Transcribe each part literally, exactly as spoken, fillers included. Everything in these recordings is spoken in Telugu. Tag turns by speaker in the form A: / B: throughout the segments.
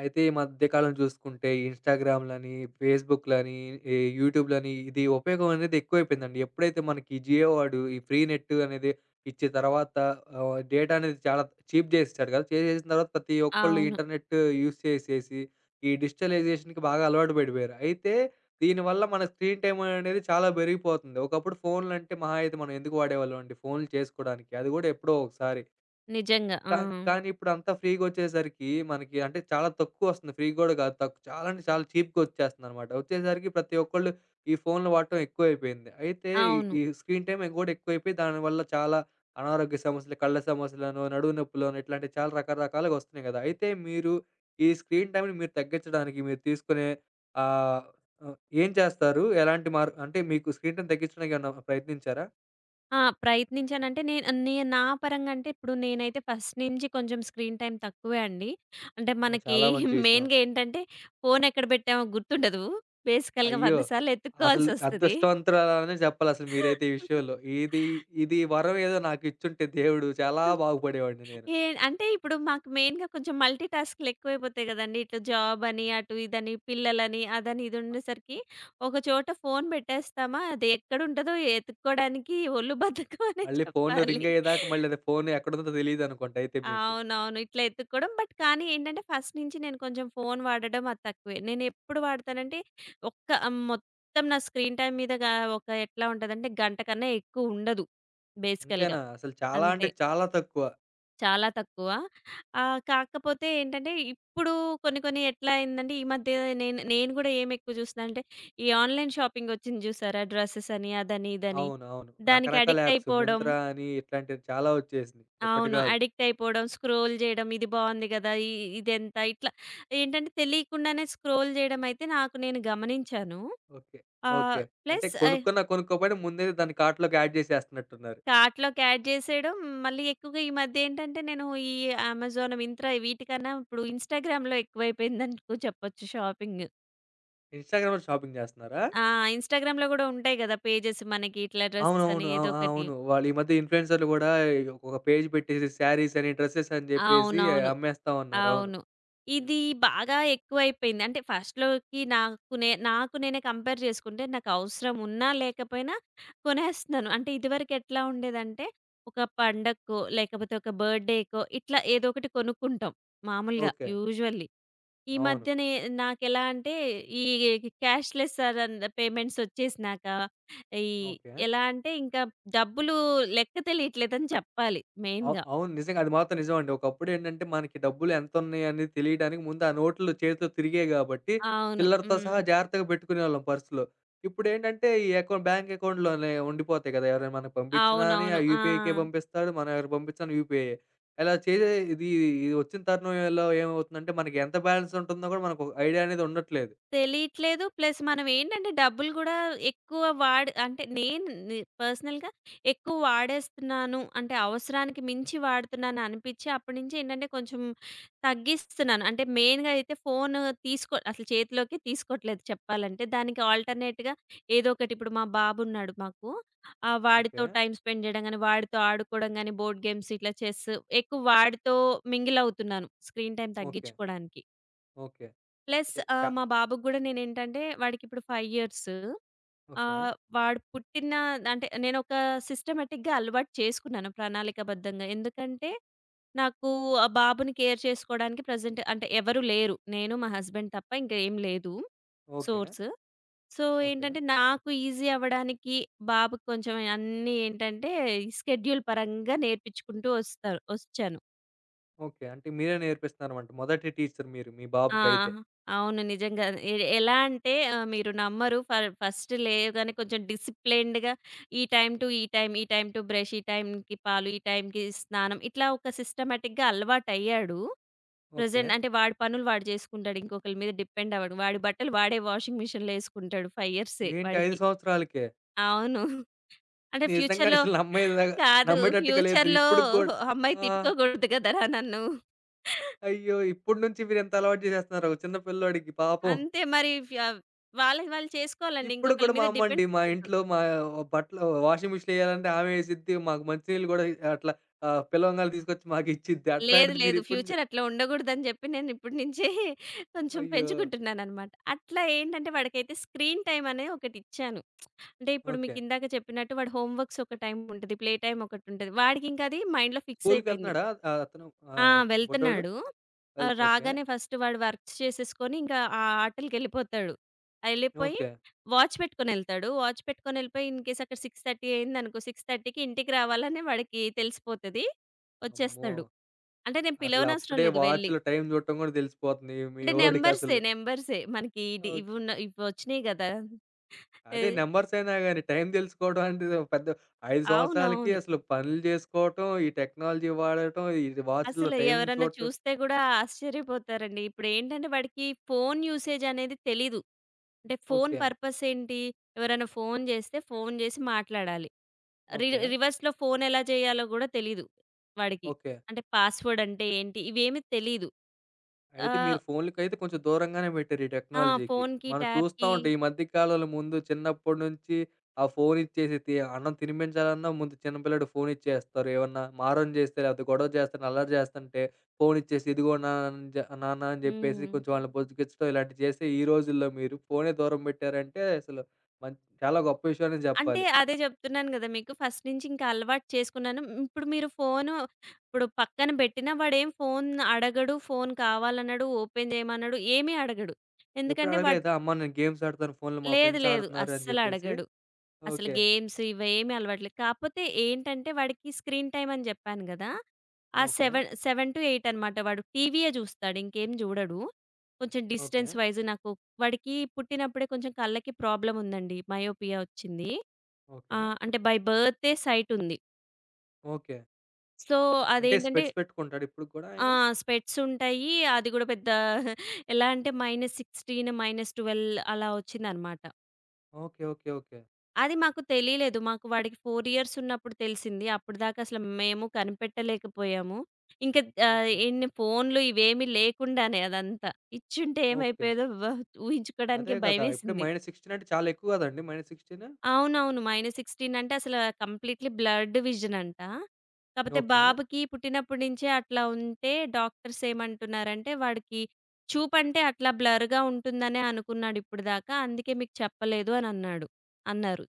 A: అయితే ఈ మధ్య కాలం చూసుకుంటే, ఇన్‌స్టాగ్రామ్‌లని, ఫేస్‌బుక్‌లని, ఈ యూట్యూబ్‌లని ఇది ఉపయోగం అనేది ఎక్కువైపోయిందండి. ఎప్పుడైతే మనకి జియో వాడు ఈ ఫ్రీ నెట్ అనేది ఇచ్చిన తర్వాత ఆహ్, డేటా అనేది చాలా చీప్ చేసేసాడు కదా! చేసేసిన తర్వాత ప్రతి ఒక్కళ్ళు
B: అవును.
A: ఇంటర్నెట్ యూజ్ చేసేసి, ఈ డిజిటలైజేషన్‌కి బాగా అలవాటు పడిపోయారు. అయితే దీనివల్ల మన స్క్రీన్ టైమ్ అనేది చాలా పెరిగిపోతుంది. ఒకప్పుడు ఫోన్‌లంటే మహా అయితే మనం ఎందుకు వాడేవాళ్ళమండి? ఫోన్‌లు చేసుకోవడానికి. అది కూడా ఎప్పుడో ఒకసారి.
B: నిజంగా.
A: కా
B: ఆ!
A: కానీ ఇప్పుడంతా ఫ్రీగొచ్చేసరికి మనకి అంటే చాలా తక్కువొస్తుంది. ఫ్రీ గూడా గాదు. తక్కు చాలా అంటే చాలా చీప్‌గా ఒచ్చేస్తుందనమాట. ఒచ్చేసరికి ప్రతి ఒక్కళ్ళు ఈ ఫోన్లు వాడటం ఎక్కువైపోయింది. అయితే ఈ
B: అవును.
A: ఈ స్క్రీన్ టైమ్ గూడా ఎక్కువైపోయి దానివల్ల చాలా అనారోగ్య సమస్యలు, కళ్ళ సమస్యలను, నడుము నొప్పులను ఇట్లాంటివి చాలా రకరకాలుగా ఒస్తున్నాయి గదా! అయితే మీరు ఈ స్క్రీన్ టైమ్‌ని మీరు తగ్గించడానికి మీరు తీసుకునే ఆహ్, ఆహ్, ఏం చేస్తారు? ఎలాంటి మార్ అంటే మీకు స్క్రీన్ టైమ్ తగ్గించడానికి ఏమన్నా ప్రయత్నించారా?
B: ఆ! ప్రయత్నించానంటే నే నే నా పరంగా అంటే ఇప్పుడు నేనైతే ఫస్ట్ నుంచి కొంచెం స్క్రీన్ టైమ్ తక్కువే అండి. అంటే
A: ఓహ్!
B: మనకి
A: చాలా మంచి విషయం.
B: మెయిన్‌గా ఏంటంటే ఫోన్ ఎక్కడ పెట్టామో గుర్తుండదు. బేసికల్‌గా
A: అయ్యో!
B: వంద సార్లు
A: అసలు
B: ఎతుక్కోవాల్సొస్తది.
A: అదృష్టవంతురాలనే చెప్పాలసలు మీరైతే ఈ విషయంలో. ఇది ఇది వరం ఏదో నాకిచ్చుంటే దేవుడు చాలా బాగుపడేవాడిని నేను.
B: ఏ అంటే ఇప్పుడు మాకు మెయిన్‌గా కొంచెం మల్టీ టాస్క్‌లు ఎక్కువైపోతాయి గదండీ. ఇట్లా జాబ్ అని, అటు ఇదని, పిల్లలని, అదని, ఇది ఉండేసరికి ఒక చోట ఫోన్ పెట్టేస్తామా, అది ఎక్కడుంటదో ఎతుక్కోడానికి ఒళ్ళు బద్ధకం అనే
A: మళ్ళీ ఫోను
B: చెప్పాలి.
A: రింగ్ అయ్యేదాకా మళ్ళీ అది ఫోను ఎక్కడుందో తెలీదనుకుంట అయితే మీకు.
B: అవునవును. ఇట్లా ఎతుక్కోవడం. బట్ కానీ ఏంటంటే ఫస్ట్ నుంచి నేను కొంచెం ఫోన్ వాడడం అది తక్కువే. నేనెప్పుడు వాడతానంటే ఒక్క ఆహ్, మొత్తం నా స్క్రీన్ టైమ్ మీద గా ఒక ఎట్లా ఉంటదంటే గంట కన్నా ఎక్కువ ఉండదు బేసికల్‌గా.
A: అంతేనా? అసలు చాలా అంటే
B: అంతే.
A: చాలా తక్కువ.
B: చాలా తక్కువ. ఆహ్, కాకపోతే ఏంటంటే, ఇప్పుడు కొన్ని కొన్ని ఎట్లా అయిందంటే, ఈ మధ్య నేను నేను గూడా ఏమెక్కువ చూస్తున్నా అంటే, ఈ ఆన్‌లైన్ షాపింగొచ్చింది చూసారా? డ్రెసెస్ అని, అదని, ఇదని.
A: అవును. అవును.
B: దానికి
A: రకరకాల
B: అడిక్ట్
A: యాప్స్.
B: అయిపోవడం.
A: మింత్రా అని ఇట్లాంటివి చాలా వచ్చేసినియి. ఒక్కటి
B: అవును.
A: కాదు.
B: అడిక్ట్ అయిపోవడం, స్క్రోల్ చేయడం, ఇది బావుంది గదా! ఇ ఇదెంత? ఇట్లా ఏంటంటే, తెలియకుండానే స్క్రోల్ చేయడం అయితే నాకు నేను గమనించాను.
A: ఓకే.
B: ఆహ్,
A: ఓకే. అంటే
B: ప్లస్
A: కొనుక్కున్నా కొనుక్కోపోయినా ముందే దాన్ని కార్ట్‌లోకి యాడ్ చేసేస్తున్నట్టున్నారు.
B: కార్ట్‌లోకి యాడ్ జేసేయడం. మళ్ళీ ఎక్కువగా ఈ మధ్య ఏంటంటే, నేను ఈ అమెజాన్, మింత్రా వీటికన్నా ఇప్పుడు ఇన్‌స్టాగ్రామ్‌లో ఎక్కువైపోయిందనుకో చెప్పొచ్చు షాపింగ్.
A: ఇన్‌స్టాగ్రామ్‌లో షాపింగ్ చేస్తున్నారా?
B: ఆ! ఇన్‌స్టాగ్రామ్‌లో గూడా ఉంటాయి గదా! పేజెస్ మనకి ఇట్లా డ్రెసెస్ అని
A: అవునవును. అ ఆ!
B: ఏదోకటి.
A: అవును. వాళ్ళు ఈ మధ్య ఇన్‌ఫ్లుయెన్సర్‌లు గూడా ఒక పేజ్ పెట్టేసి శారీస్ అని, డ్రెసెస్ అని జెప్పేసి
B: అవునవును.
A: అమ్మేస్తా ఉన్నారు. అవును.
B: అవును. ఇది బాగా ఎక్కువైపోయింది. అంటే ఫస్ట్‌లోకి నాకు నే నాకు నేనే కంపేర్ చేసుకుంటే నాకవసరం ఉన్నా, లేకపోయినా కొనేస్తున్నాను. అంటే ఇదివరకెట్లా ఉండేదంటే, ఒక పండక్కో, లేకపోతే ఒక బర్త్‌డేకో ఇట్లా ఏదో ఒకటి కొనుక్కుంటాం మామూలుగా
A: ఓకే.
B: యూజువల్లీ. ఈ
A: అవును.
B: మధ్యనే నాకెలా అంటే, ఈ క్యాష్‌లెస్ అదన్ పేమెంట్స్ ఒచ్చేసినాక, ఈ
A: ఓకే.
B: ఎలా అంటే ఇంకా డబ్బులు లెక్క తెలియట్లేదని చెప్పాలి
A: అవ్
B: మెయిన్‌గా.
A: అవును. నిజంగా అది మాత్రం నిజమండి. ఒకప్పుడేంటంటే మనకి డబ్బులు ఎంతున్నాయి అనేది తెలియడానికి ముందు ఆ నోట్లు చేతిలో తిరిగేయి గాబట్టి,
B: అవును.
A: చిల్లరతో
B: హ్మ్.
A: సహా జాగ్రత్తగా పెట్టుకునేవాళ్ళం పర్స్‌లో. ఇప్పుడేంటంటే ఈ అకౌంట్ బ్యాంక్ అకౌంట్‌లోనే ఉండిపోతాయి కదా! ఎవరైనా మనకు పంపించినా అని ఆ
B: అవునవును. ఆ!
A: యూపీఐకే పంపిస్తాడు. మనం ఎవరికి పంపించినా యూపీఐయే. ఇలా చేసే ఇది ఇది వచ్చిన తరుణంలో ఏమవుతుందంటే మనకి ఎంత బ్యాలెన్స్ ఉంటుందో కూడా మనకు ఒక ఐడియా అనేది ఉండట్లేదు.
B: తెలియట్లేదు. ప్లస్ మనం ఏంటంటే డబ్బులు గూడా ఎక్కువ వాడ్ అంటే నేను ని పర్సనల్‌గా ఎక్కువ వాడేస్తున్నాను. అంటే అవసరానికి మించి వాడుతున్నాను అనిపిచ్చి అప్పటినుంచి ఏంటంటే కొంచెం తగ్గిస్తున్నాను. అంటే మెయిన్‌గా అయితే ఫోను తీసుకో అసలు చేతిలోకి తీసుకోవట్లేదు చెప్పాలంటే. దానికి ఆల్టర్‌నేట్‌గా ఏదో ఒకటి ఇప్పుడు మా బాబున్నాడు మాకు. ఆహ్,
A: ఓకే.
B: వాడితో టైమ్ స్పెండ్ జేయడం గానీ, వాడితో ఆడుకోవడం గానీ, బోర్డ్ గేమ్స్ ఇట్లా చెస్ ఎక్కువ వాడితో మింగిల్ అవుతున్నాను స్క్రీన్ టైమ్
A: ఓకే.
B: తగ్గిచ్చుకోవడానికి.
A: ఓకే.
B: ప్లస్
A: అయితే చ
B: ఆహ్, మా బాబుకి గూడా నేనేంటంటే వాడికిప్పుడు ఐదు ఇయర్స్.
A: ఓకే.
B: ఆహ్, వాడు పుట్టిన అంటే నేనొక సిస్టమాటిక్‌గా అలవాటు చేసుకున్నాను ప్రణాళికాబద్ధంగా. ఎందుకంటే నాకు ఆ బాబుని కేర్ చేసుకోవడానికి ప్రెజెంట్ అంటే ఎవరు లేరు. నేను, మా హస్బెండ్ తప్ప ఇంకా ఏం లేదు
A: ఓకే.
B: సోర్స్. So,
A: okay.
B: ఏంటంటే నాకు ఈజీ అవ్వడానికి బాబుకి కొంచెం అన్నీ ఏంటంటే, ఈ స్కెడ్యూల్ పరంగా నేర్పించుకుంటూ వస్తారు వచ్చాను.
A: ఓకే. అంటే మీరే నేర్పిస్తున్నారన్నమాట. మొదటి టీచర్ మీరు మీ
B: ఆ!
A: బాబుకి అయితే.
B: అవును. నిజంగా. ఎ ఎలా అంటే ఆహ్, మీరు నమ్మరు. ఫ ఫస్ట్ లేవగానే కొంచెం డిసిప్లైన్డ్‌గా ఈ టైమ్ టు ఈ టైమ్, ఈ టైమ్ టు బ్రష్, ఈ టైమ్‌కి పాలు, ఈ టైమ్‌కి స్నానం ఇట్లా ఒక సిస్టమాటిక్‌గా అలవాటయ్యాడు.
A: ఓకే.
B: ప్రెజెంట్ అంటే వాడి పనులు వాడు చేసుకుంటాడు. ఇంకొకళ్ళ మీద డిపెండ్ అవ్వడు. వాడి బట్టలు వాడే వాషింగ్ మిషన్‌లో ఏసుకుంటాడు. ఐదు ఇయర్సే
A: ఏంటి ఐదు
B: వాడికి.
A: సంవత్సరాలకే?
B: అవును. అంటే
A: నిజంగా
B: ఫ్యూచర్‌లో
A: అసలు నమ్మేదా
B: కాదు.
A: నమ్మేటట్టుగా లేదు.
B: ఫ్యూచర్‌లో
A: ఇప్పటికి గూడా
B: అమ్మాయి
A: ఆ!
B: తిట్టుకోకూడదు గదరా నన్ను.
A: అయ్యో! ఇప్పటి నుంచి మీరింత అలవాటు చేసేస్తున్నారు ఒక చిన్న పిల్లోడికి పాపం.
B: అంతే మరి ఫ్య వాళ్ళకి వాళ్ళు చేసుకోవాలండి.
A: ఇప్పటికి
B: ఇంకొకళ్ళ
A: కూడా మా
B: మీద
A: అమ్మండి
B: డిపెండ్
A: మా
B: అవ్వకూడదు.
A: ఇంట్లో మా బట్టలు వాషింగ్ మిషన్‌లో ఎయ్యాలంటే ఆమె ఏసిద్ది. మాకు మంచినీళ్ళు గూడా అట్లా ఆహ్, పిలవంగానే తీసుకొచ్చి మాకిచ్చిద్ది.
B: లేదు,
A: అట్లాంటిది మీరు
B: లేదు.
A: ఇప్పటి నుంచే
B: ఫ్యూచర్ అట్లా ఉండగూడదని చెప్పి నేను ఇప్పటి నుంచే కొంచెం
A: అయ్యో!
B: పెంచుకుంటున్నాననమాట. అట్లా ఏంటంటే వాడికైతే స్క్రీన్ టైమ్ అనే ఒకటిచ్చాను. అంటే ఇప్పుడు
A: ఓకే.
B: మీకిందాక చెప్పినట్టు వాడు హోమ్ వర్క్స్ ఒక టైమ్ ఉంటది. ప్లే టైమ్ ఒకటుంటది. వాడికింకది మైండ్‌లో ఫిక్స్ అయిపోయింది.
A: స్కూలుకెళ్తున్నాడా ఆహ్, అతను
B: ఆ!
A: ఆహ్, బుడ్డోడు?
B: వెళ్తున్నాడు.
A: వెల్
B: ఆహ్,
A: ఓకే.
B: రాగానే ఫస్ట్ వాడు వర్క్స్ చేసేసుకొని ఇంకా ఆ ఆటలకెళ్ళిపోతాడు. ఎళ్ళిపోయి
A: ఓకే.
B: వాచ్ పెట్టుకొనెళ్తాడు. వాచ్ పెట్టుకొనెళ్ళిపోయి ఇన్‌కేస్ అక్కడ ఆరు ముప్పై అయిందనుకో, 6:30కి ఇంటికి రావాలని వాడికి తెలిసిపోతది.
A: అమ్మో!
B: వచ్చేస్తాడు. అంటే నేను పిలవనవసరం
A: అసలప్పుడే
B: లేదు వెళ్లి.
A: వాచ్‌లో టైం చూడటం గూడా తెలిసిపోతుంది మీ
B: అంటే నంబర్సే,
A: వోడికసలు.
B: నంబర్సే. మనకి ఇది
A: ఓకే.
B: ఇవున్న ఇవొచ్చినియి గదా! ఏ
A: అదే నంబర్స్ అయినా గాని టైం తెలుసుకోవడం అంటే ఒక పెద్ద ఐదు సంవత్సరాలకి
B: అవునవును.
A: అసలు పనులు చేసుకోవటం, ఈ టెక్నాలజీ వాడటం, ఈ వాచ్‌లో
B: అసలు
A: టైం
B: ఎవరన్నా
A: చూడటం.
B: చూస్తే గూడా ఆశ్చర్యపోతారండి. ఇప్పుడేంటంటే వాడికి ఫోను యూసేజ్ అనేది తెలీదు. అంటే ఫోను
A: ఓకే.
B: పర్పస్ ఏంటి? ఎవరైనా ఫోను జేస్తే ఫోను జేసి మాట్లాడాలి. రి
A: ఓకే.
B: రివర్స్‌లో ఫోను ఎలా జేయాలో గూడా తెలీదు వాడికి.
A: ఓకే.
B: అంటే పాస్‌వర్డ్ అంటే ఏంటి? ఇవేమి తెలీదు.
A: అయితే మీరు
B: ఆహ్,
A: ఫోన్‌లకైతే కొంచెం దూరంగానే పెట్టారు ఈ
B: ఆ!
A: టెక్నాలజీకి.
B: ఫోనుకి,
A: మనం చూస్తా
B: ట్యాబ్‌కి.
A: ఉంటాం. ఈ మధ్య కాలంలో ముందు చిన్నప్పటి నుంచి ఆ ఫోన్ ఇచ్చేసి తి అన్నం తినిపించాలన్నా ముందు చిన్న పిల్లాడికి ఫోన్ ఇచ్చేస్తారు. ఏమన్నా మారం చేస్తే లేకపోతే గొడవ చేస్తుంటే, అల్లరి చేస్తుంటే ఫోన్ ఇచ్చేసి ఇదిగో నాన్న జ నాన్న అని చెప్పేసి
B: హ్మ్.
A: కొంచెం వాళ్ళని బుజ్జగించడం ఇలాంటివి చేసి ఈ రోజుల్లో మీరు ఫోనే దూరం పెట్టారంటే అసలు మం చాలా గొప్ప విషయం అనే
B: అంటే
A: చెప్పాలి.
B: అదే చెప్తున్నాను గదా! మీకు ఫస్ట్ నుంచి ఇంకా అలవాటు చేసుకున్నాను. మ్, ఇప్పుడు మీరు ఫోను ఇప్పుడు పక్కన పెట్టినా వాడేం ఫోన్ అడగడు, ఫోన్ కావాలనడు, ఓపెన్ చేయమనడు, ఏమీ అడగడు.
A: ఎప్పుడు
B: ఎందుకంటే వాడు
A: అడగలేదా? అమ్మ నేను గేమ్స్ ఆడుతాను ఫోన్‌లో మా
B: లేదు
A: ఫ్రెండ్స్
B: లేదు.
A: ఆడుతున్నారు అని చెప్పేసి?
B: అస్సలడగడు. అసలు
A: ఓకే.
B: గేమ్స్ ఇవేమి అలవాటు లేదు. కాకపోతే ఏంటంటే వాడికి స్క్రీన్ టైమ్ అని చెప్పాను గదా! ఆ
A: ఓకే.
B: ఏడు ఏడు ఎనిమిది అనమాట. వాడు టీవీయే జూస్తాడు. ఇంకేం జూడడు. కొంచెం
A: ఓకే.
B: డిస్టెన్స్ వైస్ నాకు వాడికి పుట్టినప్పుడే కొంచెం కళ్ళకి ప్రాబ్లమ్ ఉందండి. మయోపియా వచ్చింది.
A: ఓకే.
B: ఆహ్, అంటే బై బర్తే సైట్ ఉంది.
A: ఓకే.
B: సో,
A: అంటే
B: అదేంటంటే
A: స్పెట్స్ పెట్టుకుంటాడా ఇప్పటికి గూడా
B: ఆ!
A: ఆయన?
B: స్పెట్స్ ఉంటాయి. అది గూడా పెద్ద ఎలా అంటే మైనస్ పదహారు, మైనస్ పన్నెండు అలా వచ్చిందనమాట.
A: ఓకే. ఓకే. ఓకే.
B: అది మాకు తెలియలేదు. మాకు వాడికి నాలుగు ఇయర్స్ ఉన్నప్పుడు తెలిసింది. అప్పటిదాకా అసలు మేము కనిపెట్టలేకపోయాము. ఇంక ఆహ్,
A: ఓకే.
B: ఇన్ని ఫోన్‌లు ఇవేమీ లేకుండానే అదంతా. ఇచ్చుంటే
A: ఓకే.
B: ఏమైపోయేదో వ
A: అదే
B: ఊహించుకోవడానికే
A: గదా! ఇప్పుడే
B: భయమేసింది.
A: మైనస్ పదహారు అంటే చాలా ఎక్కువ గదండీ! -పదహారు
B: అవునవును. -పదహారు అంటే అసలు కంప్లీట్‌లీ బ్లర్డ్ విజన్ అంట. కాపోతే
A: ఓకే.
B: బాబుకి పుట్టినప్పటి నుంచే అట్లా ఉంటే డాక్టర్స్ ఏమంటున్నారంటే వాడికి చూపంటే అట్లా బ్లర్‌గా ఉంటుందనే అనుకున్నాడు ఇప్పటిదాకా. అందుకే మీకు చెప్పలేదు అని అన్నాడు. అన్నారు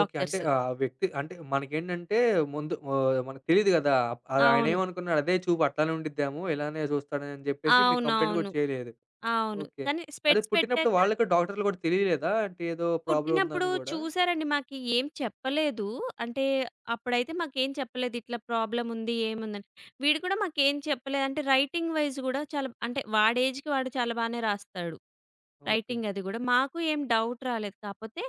A: ఓకే. అంటే ఆ వ్యక్తి అంటే మనకేంటంటే ముందు ఆహ్, మనకు తెలీదు గదా! ఆహ్,
B: అవును.
A: ఆయనేమనుకున్నాడు అదే చూపు అట్లానే ఉండిద్దేమో, ఇలానే చూస్తాడని అని జెప్పేసి మీకు కంప్లెయింట్ గూడా
B: అవునవును.
A: చేయలేదు.
B: అవును.
A: ఓకే.
B: కానీ
A: అదే
B: స్పెట్స్
A: పుట్టినప్పుడు
B: పెట్టాక
A: వాళ్ళకి డాక్టర్లు గూడా తెలియలేదా? అంటే ఏదో ప్రాబ్లమ్
B: పుట్టినప్పుడు
A: ఉందని గూడా?
B: చూసారండి మాకి ఏం చెప్పలేదు. అంటే అప్పుడైతే మాకేం చెప్పలేదు. ఇట్లా ప్రాబ్లమ్ ఉంది, ఏముందని. వీడు కూడా మాకేం చెప్పలేదు. అంటే రైటింగ్ వైస్ గూడా చాలా అంటే వాడి ఏజ్‌కి వాడు చాలా బానే రాస్తాడు.
A: ఓకే.
B: రైటింగ్ అది గూడా. మాకు ఏం డౌట్ రాలేదు. కాపోతే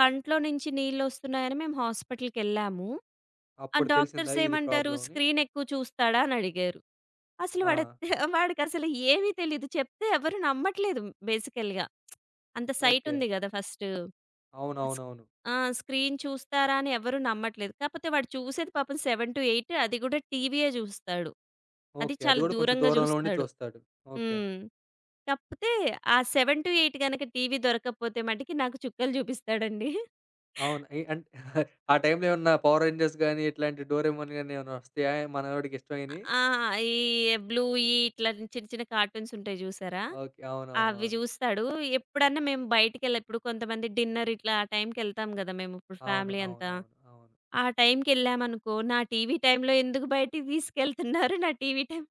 B: కంట్లో నుంచి నీళ్లొస్తున్నాయని మేము హాస్పిటల్‌కెళ్ళాము. ఆ
A: అప్పుడు తెలిసిందా
B: డాక్టర్స్
A: ఇది
B: ఏమంటారు?
A: ప్రాబ్లమ్ అని?
B: "స్క్రీన్ ఎక్కువ చూస్తాడా?" అని అడిగారు. అసలు
A: ఆ!
B: వాడు వాడికసలు ఏమీ తెలీదు. చెప్తే ఎవరు నమ్మట్లేదు బేసికల్‌గా. అంత సైట్
A: ఓకే.
B: ఉంది గదా! ఫస్ట్. స్
A: అవునవునవును.
B: ఆ! స్క్రీన్ చూస్తారా అని ఎవరు నమ్మట్లేదు. కాపోతే వాడు చూసేది పాపం ఏడు ఎనిమిది అది గూడా టీవీయే జూస్తాడు. అది
A: ఓకే. అది
B: చాలా
A: గూడా కొంచెం
B: దూరంగా
A: దూరంలో ఉండి
B: జూస్తాడు.
A: చూస్తాడు. ఓకే.
B: హ్మ్. కాపోతే ఆ ఏడు ఎనిమిది గనక టీవీ దొరకకపోతే మటికి నాకు చుక్కలు జూపిస్తాడండి.
A: అవును. ఎ అంట్ ఆ టైంలో ఏమన్నా 'పవర్ రేంజర్స్' గాని, ఇట్లాంటి 'డోరేమోన్' గాని ఏమన్నా వస్తాయా మనోడికి ఇష్టమైనయి?
B: ఆ! ఈ బ్లూయి ఇట్లా చిన్న చిన్న కార్టూన్స్ ఉంటాయి జూసారా?
A: ఓకే.
B: అవి
A: అవునవునవును.
B: జూస్తాడు. ఎప్పుడన్నా మేము బయటికెళ్ళి ఇప్పుడు కొంతమంది డిన్నర్ ఇట్లా ఆ టైంకెళ్తాం గదా! మేము ఇప్పుడు
A: అవును.
B: ఫ్యామిలీ
A: అవునవును.
B: అంతా.
A: అవును. అవును అవును
B: ఆ టైంకెళ్ళామనుకో, నా టీవీ టైంలో ఎందుకు బయటికి తీసుకెళ్తున్నారు? నా టీవీ టైం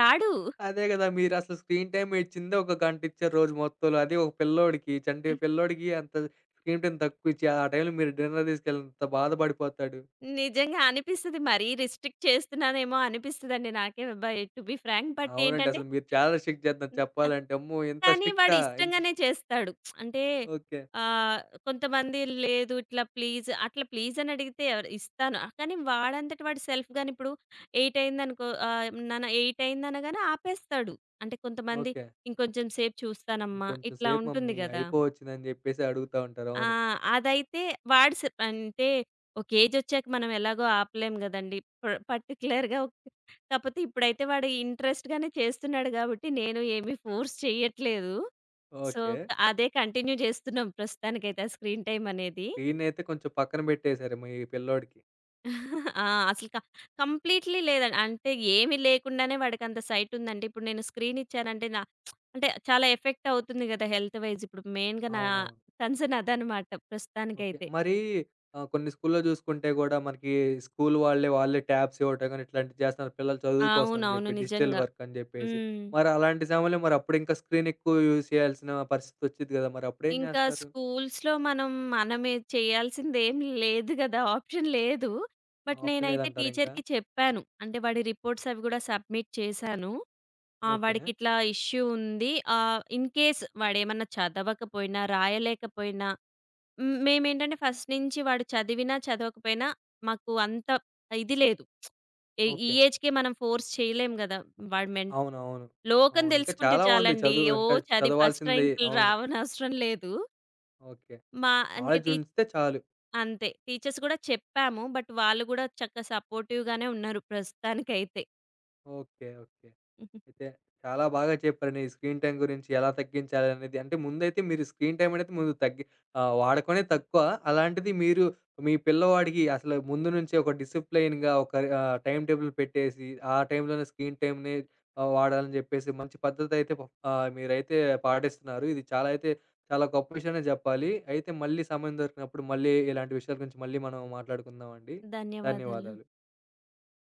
B: రాడు.
A: అదే గదా! మీరసలు స్క్రీన్ టైమ్ ఇచ్చిందే ఒక గంట ఇచ్చారు రోజు మొత్తంలో. అదే ఒక పిల్లోడికి, చంటి
B: హ్మ్.
A: పిల్లోడికి అంత స్క్రీన్ టైమ్ తక్కువిచ్చి, ఆ టైంలో మీరు డిన్నర్ తీసుకెళ్ళినంత బాధపడిపోతాడు.
B: నిజంగా అనిపిస్తది. మరీ రిస్ట్రిక్ట్ చేస్తున్నానేమో అనిపిస్తదండి నాకే by to be frank. But
A: అవునండి.
B: ఏంటంటే
A: అసలు మీరు చాలా స్ట్రిక్ట్ చేత్తన్నారు
B: హ్మ్.
A: చెప్పాలంటే. అమ్మో! ఇంత
B: కానీ వాడు
A: స్ట్రిక్టా? ఇంత
B: ఇష్టంగానే
A: స్ట్రి
B: చేస్తాడు. అంటే
A: ఓకే.
B: ఆహ్, కొంతమంది లేదు ఇట్లా ప్లీజ్ అట్లా ప్లీజ్ అని అడిగితే ఎవరు ఇస్తాను. ఆ, కానీ వాడంతట వాడు సెల్ఫ్‌గాని ఇప్పుడు ఎనిమిది అయిందనుకో ఆహ్, నాన్న ఎనిమిది అయిందనగానే ఆపేస్తాడు. అంటే కొంతమంది
A: ఓకే.
B: ఇంకొంచెం సేపు చూస్తానమ్మా
A: ఇంకొంచెం
B: ఇట్లా
A: సేపు
B: ఉంటుంది
A: మమ్మీ
B: గదా!
A: అయిపోవచ్చిందని జెప్పేసి అడుగుతా ఉంటారు.
B: ఆ!
A: అవును.
B: అదైతే వాడు సె అంటే ఒక ఏజొచ్చాక మనం ఎలాగో ఆపలేం గదండీ. ప పర్టిక్యులర్‌గా ఒక కాపోతే ఇప్పుడైతే వాడు ఇంట్రెస్ట్‌గానే చేస్తున్నాడు గాబట్టి నేను ఏమి ఫోర్స్ చేయట్లేదు. So,
A: okay.
B: అదే కంటిన్యూ జేస్తున్నాం ప్రస్తుతానికైతే ఆ స్క్రీన్ టైమ్ అనేది.
A: స్క్రీనయితే కొంచెం పక్కన బెట్టేశారు మీ పిల్లోడికి.
B: ఆ! అసలు క కంప్లీట్‌లీ లేదండి. అంటే ఏమి లేకుండానే వాడికంత సైట్ ఉందంటే, ఇప్పుడు నేను స్క్రీన్ ఇచ్చానంటే నా అంటే చాలా ఎఫెక్ట్ అవుతుంది గదా! Health wise. ఇప్పుడు మెయిన్‌గా నా
A: అవునవును.
B: కన్సర్న్ అదనమాట
A: ఓకే.
B: ప్రస్తుతానికైతే.
A: మరీ ఆహ్, కొన్ని స్కూల్‌లో జూసుకుంటే గూడా మనకి స్కూల్ వాళ్ళే, వాళ్ళే ట్యాబ్స్ ఇవ్వటం గాని ఇట్లాంటివి చేస్తున్నారు. పిల్లల చదువు కోసం అని
B: అవునవును.
A: జెప్పి డిజిటల్
B: నిజంగా.
A: వర్క్ అని జెప్పేసి.
B: హ్మ్.
A: మరి అలాంటి సమయంలో మరి అప్పుడింకా స్క్రీన్ ఎక్కువ యూజ్ చేయాల్సిన పరిస్థితొచ్చిద్ది గదా! మరి అప్పుడేం
B: ఇంకా
A: జేస్తారు?
B: స్కూల్స్‌లో మనం మనమే చేయాల్సిందేం లేదు గదా! ఆప్షన్ లేదు. బట్
A: ఆప్షన్
B: నేనైతే
A: లేదంటారా ఇంకా?
B: టీచర్‌కి చెప్పాను. అంటే వాడి రిపోర్ట్స్ అవి గూడా సబ్మిట్ చేశాను. ఆ!
A: ఓకే.
B: వాడికిట్లా ఇష్యూ ఉంది. ఆహ్, ఇన్ కేస్ వాడేమన్నా చదవకపోయినా, రాయలేకపోయినా హ్మ్. మేమేంటంటే ఫస్ట్ నుంచి వాడు చదివినా, చదవకపోయినా మాకు అంత ఇది లేదు. ఎ ఈ
A: ఓకే.
B: ఏజ్‌కే మనం ఫోర్స్ చేయలేం గదా! వాడు మెన్
A: అవునవును. అవును.
B: లోకం
A: అవును. ఇంకా
B: తెలుసుకుంటే
A: చాలా ఉంది
B: చాలండి.
A: చదువు.
B: ఓ
A: ఇంకా
B: చదివి ఫస్ట్
A: చదవాల్సింది.
B: ర్యాంకులు
A: అవును.
B: రావనవసరం లేదు.
A: ఓకే.
B: మా ఇంక
A: నాలెడ్జ్
B: టీ
A: ఉంటే చాలు.
B: అంతే. టీచర్స్ గూడా చెప్పాము. బట్ వాళ్ళు గూడా చక్కగా సపోర్టివ్‌గానే ఉన్నారు ప్రస్తుతానికైతే.
A: ఓకే. ఓకే. అయితే చాలా బాగా చెప్పారండి. ఈ స్క్రీన్ టైమ్ గురించి ఎలా తగ్గించాలనేది. అంటే ముందైతే మీరు స్క్రీన్ టైమ్ అనేది ముందు తగ్గి ఆహ్, వాడకమే తక్కువ. అలాంటిది మీరు మీ పిల్లవాడికి అసలు ముందు నుంచే ఒక డిసిప్లెయిన్‌గా ఒక ఆహ్, టైమ్ టేబుల్ పెట్టేసి, ఆ టైంలోనే స్క్రీన్ టైమ్‌ని ఆహ్, వాడాలని చెప్పేసి మంచి పద్ధతయితే ప ఆహ్, మీరైతే పాటిస్తున్నారు. ఇది చాలా అయితే చాలా గొప్ప విషయమనే జెప్పాలి. అయితే మళ్ళీ సమయం దొరికినప్పుడు మళ్ళీ ఇలాంటి విషయాల గురించి మళ్ళీ మనం మాట్లాడుకుందామండి.
B: ధన్యవాదాలు.
A: ధన్యవాదాలు.